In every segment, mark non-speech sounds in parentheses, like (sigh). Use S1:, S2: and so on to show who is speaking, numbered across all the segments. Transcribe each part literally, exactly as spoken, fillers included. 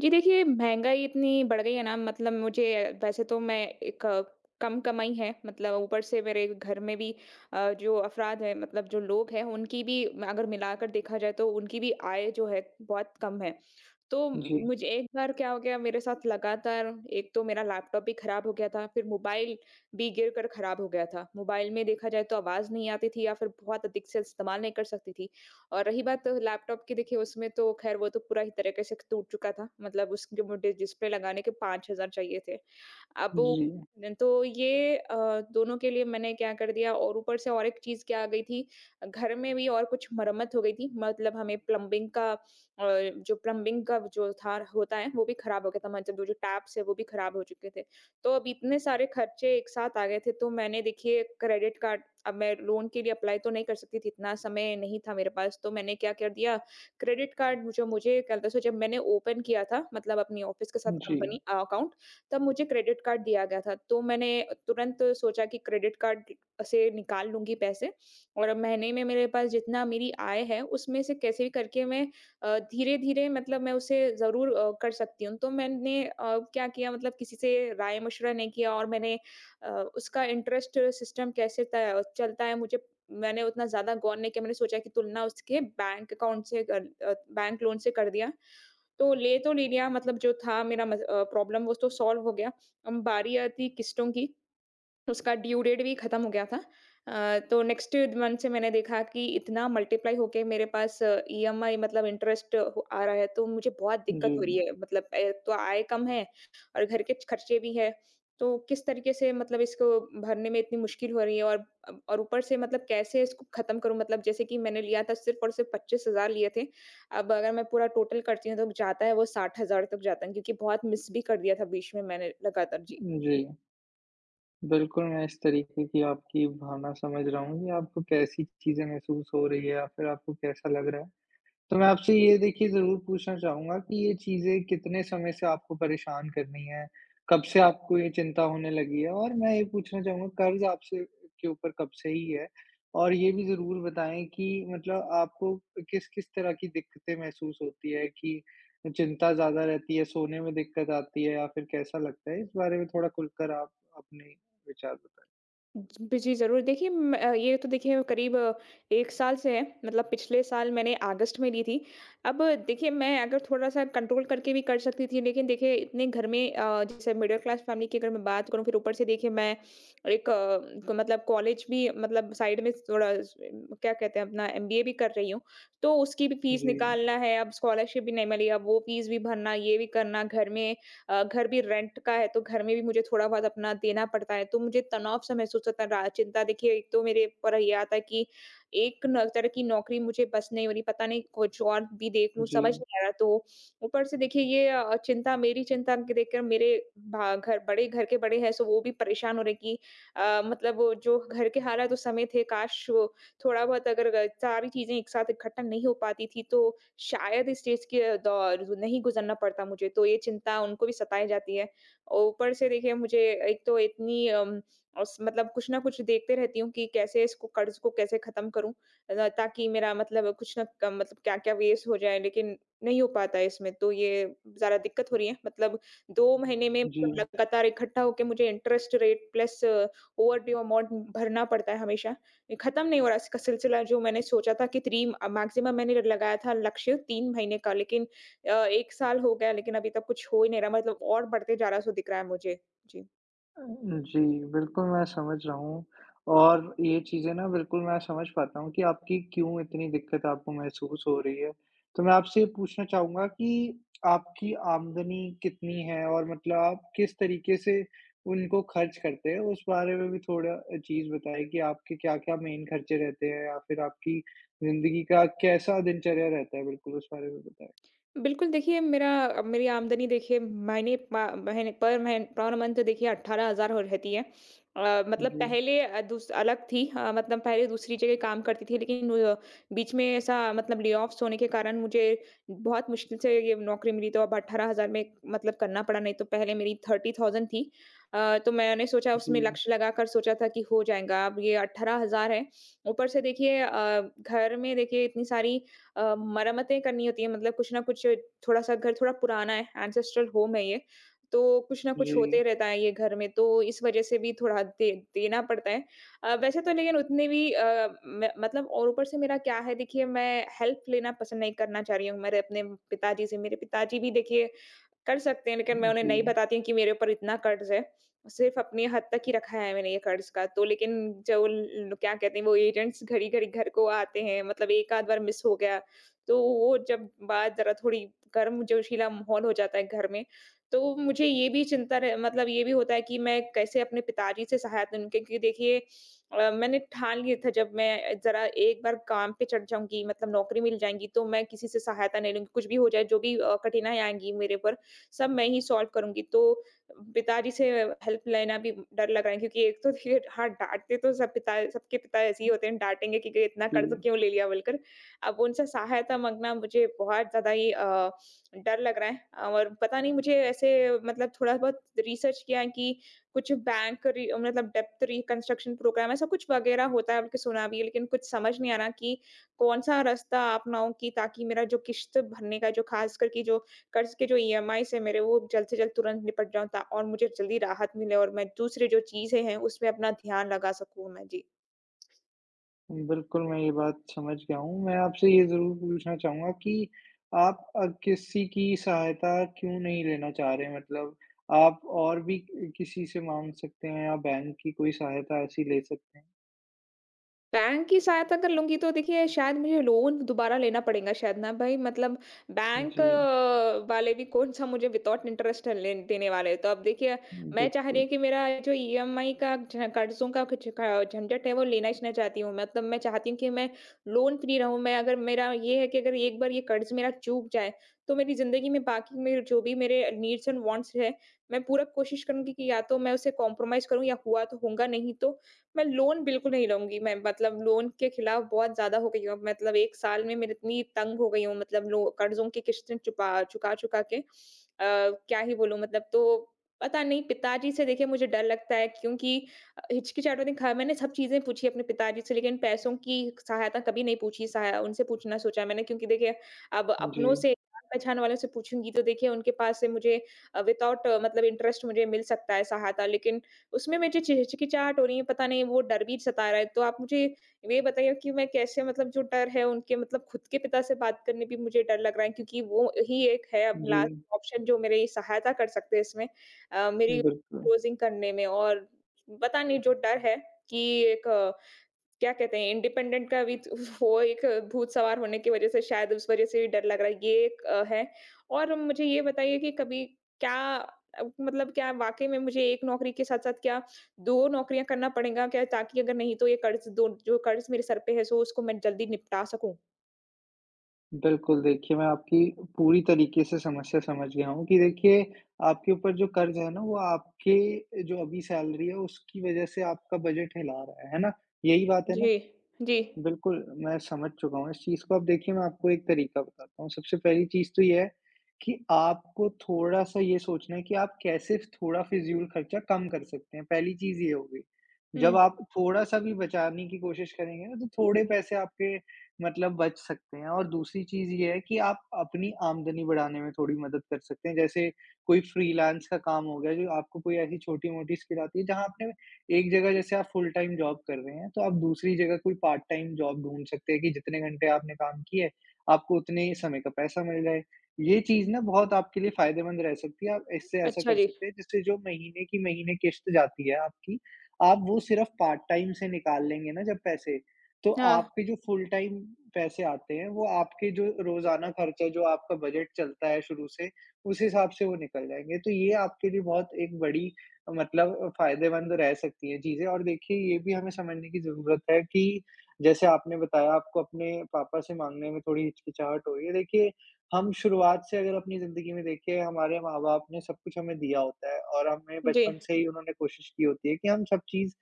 S1: जी, देखिए, महँगाई इतनी बढ़ गई है ना। मतलब, मुझे वैसे तो मैं एक अ, कम कमाई है। मतलब, ऊपर से मेरे घर में भी अ, जो अफ़राद हैं, मतलब जो लोग हैं, उनकी भी अगर मिलाकर देखा जाए तो उनकी भी आय जो है बहुत कम है। तो म-
S2: जी,
S1: मुझे एक बार क्या हो गया, मेरे साथ लगातार एक तो मेरा लैपटॉप भी ख़राब हो गया था, फिर मोबाइल भी गिर कर ख़राब हो गया था। मोबाइल में देखा जाए तो आवाज़ नहीं आती थी, या फिर बहुत अधिक से इस्तेमाल नहीं कर सकती थी। और रही बात लैपटॉप की, देखिए उसमें तो खैर वो तो पूरा ही तरीके से टूट चुका था। मतलब उसके मुझे डिस्प्ले लगाने के पाँच हज़ार चाहिए थे। अब वो
S2: जी,
S1: तो ये अ, दोनों के लिए मैंने क्या कर दिया, और ऊपर से और एक चीज़ क्या आ गई थी, घर में भी और कुछ मरम्मत हो गई थी। मतलब हमें प्लम्बिंग का अ, जो प्लम्बिंग का जो था होता है वो भी खराब हो गया था। मतलब जो जो टैप्स है वो भी खराब हो चुके थे। तो अब इतने सारे खर्चे एक साथ आ गए थे, तो मैंने देखिए क्रेडिट कार्ड। अब मैं लोन के लिए अप्लाई तो नहीं कर सकती थी, इतना समय नहीं था मेरे पास, तो मैंने क्या कर दिया, क्रेडिट कार्ड जो मुझे क्या बोलते हैं, सो जब मैंने ओपन किया था, मतलब अपनी ऑफ़िस के साथ
S2: जी,
S1: कंपनी अ, अकाउंट, तब मुझे क्रेडिट कार्ड दिया गया था। तो मैंने तुरंत सोचा कि क्रेडिट कार्ड से निकाल लूँगी पैसे, और अब महीने में मेरे पास जितना मेरी आय है, उसमें से कैसे भी करके मैं अ, धीरे-धीरे, मतलब मैं उसे ज़रूर अ, कर सकती हूँ। तो मैंने अ, क्या किया, मतलब किसी से राय-मशवरा नहीं किया, और मैंने अ, उसका इंटरेस्ट सिस्टम कैसे त चलता है, मुझे मैंने उतना ज़्यादा गौर नहीं किया। मैंने सोचा कि तुलना उसके बैंक अकाउंट से कर अ, बैंक लोन से कर दिया। तो ले तो ले लिया। मतलब जो था मेरा मस अ, प्रॉब्लम वो तो सॉल्व हो गया। अब बारी आती किस्तों की। तो उसका ड्यू डेट भी खत्म हो गया था। अ, तो नेक्स्ट मंथ से मैंने देखा कि इतना मल्टीप्लाई होके मेरे पास ई एम आई, मतलब इंटरेस्ट हो आ रहा है, तो मुझे बहुत
S2: जी,
S1: दिक्कत हो रही है। मतलब एक तो आय कम है, और घर के खर्चे भी हैं। तो किस तरीके से, मतलब इसको भरने में इतनी मुश्किल हो रही है, और अब और ऊपर से मतलब कैसे इसको खत्म करूँ? मतलब जैसे कि मैंने लिया था सिर्फ़ और सिर्फ़ पच्चीस हज़ार लिए थे। अब अगर मैं पूरा टोटल करती हूँ तो जाता है, वो साठ हज़ार तक जाता है, क्योंकि बहुत मिस भी कर दिया था बीच में मैंने लगातार। जी।
S2: जी। बिल्कुल, मैं इस तरीके की आपकी भावना समझ रहा हूँ कि आपको कैसी चीज़ें महसूस हो रही है या फिर आपको कैसा लग रहा है। तो मैं आपसे ये देखिए ज़रूर पूछना चाहूँगा कि ये चीज़ें कितने समय से आपको परेशान कर रही हैं? कब से आपको ये चिंता होने लगी है? और मैं ये पूछना चाहूँगा कर्ज़ आपसे के ऊपर कब से ही है? और ये भी ज़रूर बताएँ कि मतलब आपको किस-किस तरह की दिक्कतें महसूस होती है कि चिंता ज़्यादा रहती है, सोने में दिक्कत आती है या फिर कैसा लगता है? इस बारे में थोड़ा खुलकर आप अपने विचार बताएँ।
S1: जी, जी, ज़रूर। देखिए म अ, ये तो देखिए करीब एक साल से है, मतलब पिछले साल मैंने अगस्त में ली थी। अब देखिए, मैं अगर थोड़ा-सा कंट्रोल करके भी कर सकती थी, लेकिन देखिए इतने घर में अ, जैसे मिडल क्लास फैमिली की अगर मैं बात करूँ, फिर ऊपर से देखिए मैं एक अ, को- मतलब कॉलेज भी, मतलब साइड में थोड़ा स क्या कहते हैं, अपना एम बी ए भी कर रही हूँ, तो उसकी भी फीस
S2: जी,
S1: निकालना है, अब स्कॉलरशिप भी नहीं मिली, अब वो फीस भी भरना, ये भी करना घर में अ, घर भी रेंट का है, तो घर में भी मुझे थोड़ा बहुत अपना देना पड़ता है, तो मुझे तनाव सा महसूस होता है। रा- चिंता देखिए, एक तो मेरे ऊपर ये आता है कि एक न- तरह की नौकरी मुझे बस नहीं हो रही, पता नहीं कुछ और भी देख लूं,
S2: जी,
S1: समझ नहीं आ रहा। तो ऊपर से देखिए ये अ, चिंता, मेरी चिंता के देखकर मेरे भा- घर बड़े, घर के बड़े हैं, सो वो भी परेशान हो रहे कि अ, मतलब वो जो घर के हालात उस समय थे, काश वो थोड़ा बहुत अगर अगर सारी चीजें एक साथ इकट्ठा नहीं हो पाती थी, तो शायद इस चीज़ के दौर नहीं गुज़रना पड़ता मुझे, तो ये चिंता उनको भी सताए जाती है। और ऊपर से देखिए मुझे एक तो इतनी अम, उस मतलब कुछ ना कुछ देखते रहती हूँ कि कैसे इसको कर्ज़ को कैसे ख़त्म करूँ, अ, ताकि मेरा, मतलब कुछ न क मतलब क्या-क्या वेस्ट हो जाए, लेकिन नहीं हो पाता है इसमें, तो ये ज़्यादा दिक्कत हो रही है। मतलब दो महीने में,
S2: जी।
S1: मतलब लगातार इकट्ठा होके मुझे interest rate plus overdue amount भरना पड़ता है हमेशा। खत्म नहीं हो रहा इसका सिलसिला, जो मैंने सोचा था कि तीन मैक्सिमम मैंने लगाया था, लक्ष्य तीन महीने का, लेकिन अ, एक साल हो गया, लेकिन अभी तक कुछ हो ही नहीं रहा। मतलब और बढ़ते जा रहा, सो दिख रहा है मुझे। जी।
S2: जी, बिल्कुल मैं समझ रहा हूँ। और ये चीज़ें ना, बिल्कुल मैं समझ पाता हूँ कि आपकी क्यों इतनी दिक्कत आपको महसूस हो रही है। तो मैं आपसे ये पूछना चाहूँगा कि आपकी आमदनी कितनी है और मतलब आप किस तरीके से उनको खर्च करते हैं? उस बारे में भी थोड़ा अ, चीज़ बताएँ कि आपके क्या-क्या मेन खर्चे रहते हैं या फिर आपकी ज़िंदगी का कैसा दिनचर्या रहता है? बिल्कुल उस बारे में बताएँ।
S1: बिल्कुल, देखिए मेरा अ, मेरी आमदनी देखिए महीने प महीने पर महीन पर मंथ देखिए अठारह हज़ार हो रहती है। अ, मतलब
S2: जी,
S1: पहले अ, दूस अलग थी, अ, मतलब पहले दूसरी जगह काम करती थी, लेकिन अ, बीच में ऐसा, मतलब ले-ऑफ्स होने के कारण मुझे बहुत मुश्किल से ये नौकरी मिली, तो अब अठारह हज़ार में मतलब करना पड़ा, नहीं तो पहले मेरी तीस हज़ार थी। अ, तो मैंने सोचा, उसमें
S2: जी,
S1: लक्ष्य लगाकर सोचा था कि हो जाएगा, अब ये अठारह हज़ार है। ऊपर से देखिए अ, घर में देखिए इतनी सारी अ, मरम्मतें करनी होती हैं, मतलब कुछ ना कुछ, थोड़ा-सा घर थोड़ा पुराना है, एंसेस्ट्रल होम है ये, तो कुछ ना कुछ
S2: जी,
S1: होते रहता है ये घर में, तो इस वज़ह से भी थोड़ा दे देना पड़ता है। अ, वैसे तो, लेकिन उतने भी अ, म मतलब और ऊपर से मेरा क्या है, देखिए मैं हेल्प लेना पसंद नहीं करना चाह रही हूँ मेरे अपने पिताजी से। मेरे पिताजी भी देखिए कर सकते हैं, लेकिन मैं उन्हें
S2: जी,
S1: नहीं बताती हूँ कि मेरे ऊपर इतना कर्ज़ है। सिर्फ़ अपनी हद तक ही रखा है मैंने ये कर्ज़ का। तो लेकिन जो ल क्या कहते हैं, वो एजेंट्स घड़ी-घड़ी घर को आते हैं। मतलब एक आध बार मिस हो गया, तो वो जब बात ज़रा थोड़ी गर्म, जोशीला माहौल हो जाता है घर में, तो मुझे ये भी चिंता रह, मतलब ये भी होता है कि मैं कैसे अपने पिताजी से सहायता लूँ? क्योंकि देखिए अ, मैंने ठान लिया था जब मैं ज़रा एक बार काम पे चढ़ जाऊँगी, मतलब नौकरी मिल जाएँगी, तो मैं किसी से सहायता नहीं लूँगी, कुछ भी हो जाए, जो भी अ, कठिनाई आएँगी मेरे ऊपर, सब मैं ही सॉल्व करूँगी। तो पिताजी से हेल्प लेना भी डर लग रहा है, क्योंकि एक तो देखिए हाँ, डाँटते तो सब पिता, सबके पिता ऐसे ही होते हैं, डाँटेंगे कि कि इतना कर्ज़
S2: जी।
S1: क्यों ले लिया बोलकर। अब उनसे सहायता माँगना मुझे बहुत ज़्यादा ही अ, डर लग रहा है, और पता नहीं मुझे ऐसे, मतलब थोड़ा बहुत रिसर्च किया है कि कुछ बैंक रि मतलब डेप्थ रिकंस्ट्रक्शन प्रोग्राम ऐसा कुछ वग़ैरह होता है, बल्कि सुना भी है, लेकिन कुछ समझ नहीं आ रहा कि कौन-सा रास्ता अपनाऊँ कि ताकि मेरा जो किश्त भरने का, जो ख़ासकर कि जो कर्ज़ के जो ई एम आईज़ हैं मेरे, वो जल्द से जल्द तुरंत निपट जाऊँ, ता और मुझे जल्दी राहत मिले, और मैं दूसरी जो चीज़ें हैं उसमें अपना ध्यान लगा सकूँ मैं। जी।
S2: बिल्कुल, मैं ये बात समझ गया हूँ। मैं आपसे ये ज़रूर पूछना चाहूँगा कि आप अ, किसी की सहायता क्यों नहीं लेना चाह रहे? मतलब आप और भी अ, किसी से माँग सकते हैं या बैंक की कोई सहायता ऐसी ले सकते हैं।
S1: बैंक की सहायता कर लूँगी तो देखिए शायद मुझे लोन दोबारा लेना पड़ेगा शायद, ना भाई, मतलब बैंक
S2: जी,
S1: अ, वाले भी कौन-सा मुझे विथआउट इंटरेस्ट ले देने वाले हैं। तो अब देखिए मैं चाह रही
S2: बिल्कुल।
S1: हूँ कि मेरा जो ई एम आई का झ कर्ज़ों का कुछ क झंझट है, वो लेना ही ना चाहती हूँ। मतलब मैं चाहती हूँ कि मैं लोन फ्री रहूँ। मैं अगर, मेरा ये है कि अगर एक बार ये कर्ज़ मेरा चूक जाए, तो मेरी ज़िंदगी में बाकी मेरे जो भी मेरे नीड्स एंड वांट्स हैं, मैं पूरा कोशिश करूँगी कि या तो मैं उसे कॉम्प्रोमाइज़ करूँ, या हुआ तो होगा, नहीं तो मैं लोन बिल्कुल नहीं लूँगी। मैं मतलब लोन के खिलाफ बहुत ज़्यादा हो गई हूँ। मतलब एक साल में मैं इतनी तंग हो गई हूँ, मतलब लो कर्ज़ों की किश्तें चुपा चुका-चुका के। अ, क्या ही बोलूँ, मतलब तो पता नहीं, पिताजी से देखिए मुझे डर लगता है, क्योंकि अ, हिचकिचाहट होती है। ख मैंने सब चीज़ें पूछी अपने पिताजी से, लेकिन पैसों की सहायता कभी नहीं पूछी। सहाय उनसे पूछना सोचा मैंने, क्योंकि देखिए अब
S2: जी,
S1: अपनों से, जान-पहचान वालों से पूछूँगी, तो देखिए उनके पास से मुझे अ, विथआउट, मतलब इंटरेस्ट मुझे मिल सकता है सहायता, लेकिन उसमें मुझे ची हिचकिचाहट हो रही है, पता नहीं वो डर भी सता रहा है। तो आप मुझे ये बताइए कि मैं कैसे, मतलब जो डर है उनके, मतलब खुद के पिता से बात करने भी मुझे डर लग रहा है, क्योंकि वो ही एक है अब
S2: जी,
S1: लास्ट ऑप्शन जो मेरी सहायता कर सकते हैं, इसमें अ, मेरी
S2: बिल्कुल।
S1: क्लोज़िंग करने में। और पता नहीं, जो डर है कि एक क्या कहते हैं इंडिपेंडेंट का भी तो (laughs) वो एक भूत सवार होने की वज़ह से शायद, उस वज़ह से भी डर लग रहा है, ये एक अ, है। और मुझे ये बताइए कि कभी क्या अ, मतलब क्या वाक़ई में मुझे एक नौकरी के साथ-साथ क्या दो नौकरियाँ करना पड़ेगा क्या? ताकि अगर नहीं, तो ये कर्ज़ दो, जो कर्ज़ मेरे सर पे है, सो उसको मैं जल्दी निपटा सकूँ?
S2: बिल्कुल, देखिए मैं आपकी पूरी तरीके से समस्या समझ गया हूँ कि देखिए आपके ऊपर जो कर्ज़ है ना, वो आपके जो अभी सैलरी है उसकी वज़ह से आपका बजट हिला रहा है, है ना? यही बात है ना?
S1: जी, जी।
S2: बिल्कुल, मैं समझ चुका हूँ इस चीज़ को। अब देखिए मैं आपको एक तरीका बताता हूँ। सबसे पहली चीज़ तो ये है कि आपको थोड़ा-सा ये सोचना है कि आप कैसे थोड़ा फिज़ूल खर्चा कम कर सकते हैं। पहली चीज़ ये होगी। जब
S1: हुँ,
S2: आप थोड़ा-सा भी बचाने की कोशिश करेंगे ना, तो थोड़े पैसे आपके मतलब बच सकते हैं। और दूसरी चीज़ ये है कि आप अपनी आमदनी बढ़ाने में थोड़ी मदद कर सकते हैं। जैसे कोई फ्रीलांस का काम हो गया, जो आपको कोई ऐसी छोटी-मोटी स्किल आती है, जहाँ आपने एक जगह जैसे आप फुल टाइम जॉब कर रहे हैं, तो आप दूसरी जगह कोई पार्ट टाइम जॉब ढूँढ सकते हैं कि जितने घंटे आपने काम किए, आपको उतने ही समय का पैसा मिल जाए। ये चीज़ ना, बहुत आपके लिए फ़ायदेमंद रह सकती है। आप इससे ऐसा
S1: अच्छा
S2: कर
S1: जी।
S2: सकते हैं जिससे जो महीने की महीने किश्त जाती है आपकी, आप वो सिर्फ़ पार्ट टाइम से निकाल लेंगे ना जब पैसे, तो
S1: हाँ,
S2: आपके जो फुल टाइम पैसे आते हैं, वो आपके जो रोज़ाना खर्चा जो आपका बजट चलता है शुरू से, उस हिसाब से वो निकल जाएँगे। तो ये आपके लिए बहुत एक बड़ी मतलब फ़ायदेमंद रह सकती हैं चीज़ें। और देखिए ये भी हमें समझने की ज़रूरत है कि जैसे आपने बताया आपको अपने पापा से माँगने में थोड़ी हिचकिचाहट हो रही है। देखिए, हम शुरुआत से अगर अपनी ज़िंदगी में देखें, हमारे माँ-बाप ने सब कुछ हमें दिया होता है और हमें
S1: जी।
S2: बचपन से ही उन्होंने कोशिश की होती है कि हम सब चीज़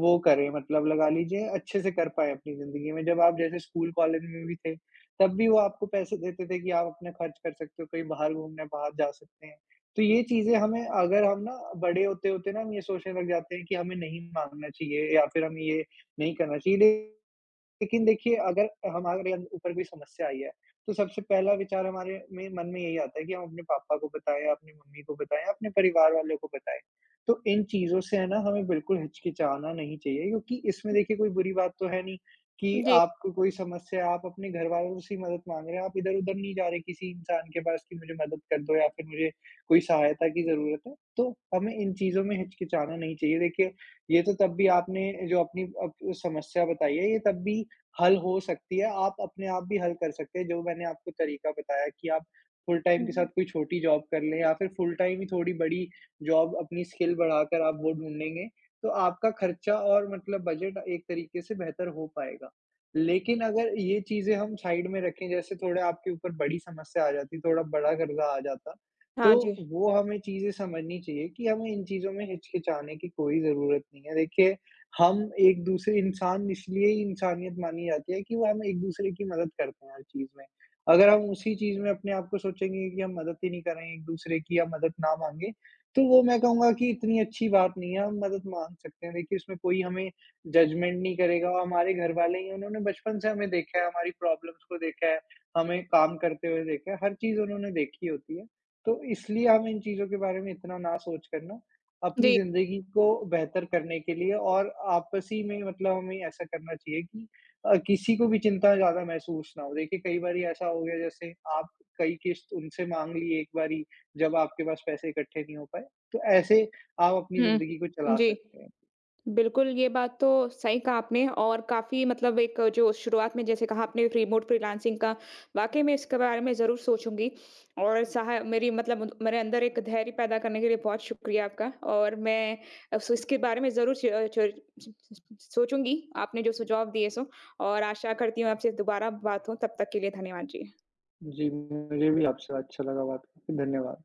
S2: वो करें, मतलब लगा लीजिए अच्छे से कर पाएँ अपनी ज़िंदगी में। जब आप जैसे स्कूल-कॉलेज में भी थे, तब भी वो आपको पैसे देते थे कि आप अपना खर्च कर सकते हो, कहीं बाहर घूमने बाहर जा सकते हैं। तो ये चीज़ें हमें, अगर हम ना बड़े होते-होते ना, हम ये सोचने लग जाते हैं कि हमें नहीं माँगना चाहिए या फिर हमें ये नहीं करना चाहिए। लेकिन देखिए अगर हमारे अन ऊपर कोई समस्या आई है, तो सबसे पहला विचार हमारे में मन में यही आता है कि हम अपने पापा को बताएँ, अपनी मम्मी को बताएँ, अपने परिवार वालों को बताएँ। तो इन चीज़ों से है ना, हमें बिल्कुल हिचकिचाना नहीं चाहिए क्योंकि इसमें देखिए कोई बुरी बात तो है नहीं कि
S1: जी।
S2: आपको कोई समस्या है, आप अपने घरवालों से ही मदद माँग रहे हैं, आप इधर-उधर नहीं जा रहे किसी इंसान के पास कि मुझे मदद कर दो या फिर मुझे कोई सहायता की ज़रूरत है। तो हमें इन चीज़ों में हिचकिचाना नहीं चाहिए। देखिए, ये तो तब भी आपने जो अपनी अप समस्या बताई है, ये तब भी हल हो सकती है, आप अपने आप भी हल कर सकते हैं। जो मैंने आपको तरीका बताया कि आप फुल टाइम के साथ
S1: हम्म,
S2: कोई छोटी जॉब कर लें या फिर फुल टाइम ही थोड़ी बड़ी जॉब अपनी स्किल बढ़ाकर आप वो ढूँढेंगे, तो आपका खर्चा और मतलब बजट एक तरीके से बेहतर हो पाएगा। लेकिन अगर ये चीज़ें हम साइड में रखें, जैसे थोड़ा आपके ऊपर बड़ी समस्या आ जाती, थोड़ा बड़ा कर्ज़ा आ जाता, तो
S1: हाँ जी।
S2: वो हमें चीज़ें समझनी चाहिए कि हमें इन चीज़ों में हिचकिचाने की कोई ज़रूरत नहीं है। देखिए, हम एक-दूसरे इंसान इसलिए ही इंसानियत मानी जाती है कि वो हम एक-दूसरे की मदद करते हैं हर चीज़ में। अगर हम उसी चीज़ में अपने आप को सोचेंगे कि हम मदद ही नहीं कर रहे हैं एक-दूसरे की या मदद ना माँगे, तो वो मैं कहूँगा कि इतनी अच्छी बात नहीं है, हम मदद माँग सकते हैं। देखिए, उसमें कोई हमें जजमेंट नहीं करेगा और हमारे घरवाले ही, उन्होंने बचपन से हमें देखा है, हमारी प्रॉब्लम्स को देखा है, हमें काम करते हुए देखा है, हर चीज़ उन्होंने देखी होती है। तो इसलिए हमें इन चीज़ों के बारे में इतना ना सोच करना, अपनी
S1: जी,
S2: ज़िंदगी को बेहतर करने के लिए और आपसी में मतलब हमें ऐसा करना चाहिए कि अ, किसी को भी चिंता ज़्यादा महसूस ना हो। देखिए, कई बारी ऐसा हो गया जैसे आप कई किश्त उनसे माँग ली एक बारी जब आपके पास पैसे इकट्ठे नहीं हो पाए, तो ऐसे आप अपनी
S1: हुँ,
S2: ज़िंदगी को चला
S1: जी।
S2: सकते हैं।
S1: बिल्कुल, ये बात तो सही कहा आपने, और काफ़ी मतलब एक जो शुरुआत में जैसे कहा आपने रिमोट फ्रीलांसिंग का, वाक़ई में इसके बारे में ज़रूर सोचूँगी। और सहाय मेरी, मतलब मेरे अंदर एक धैर्य पैदा करने के लिए बहुत शुक्रिया आपका। और मैं अस इसके बारे में ज़रूर च च सोचूँगी, आपने जो सुझाव दिए सो, और आशा करती हूँ आपसे दोबारा बात हो, तब तक के लिए धन्यवाद जी।
S2: जी, मुझे भी आपसे अच्छा लगा बात करके। धन्यवाद।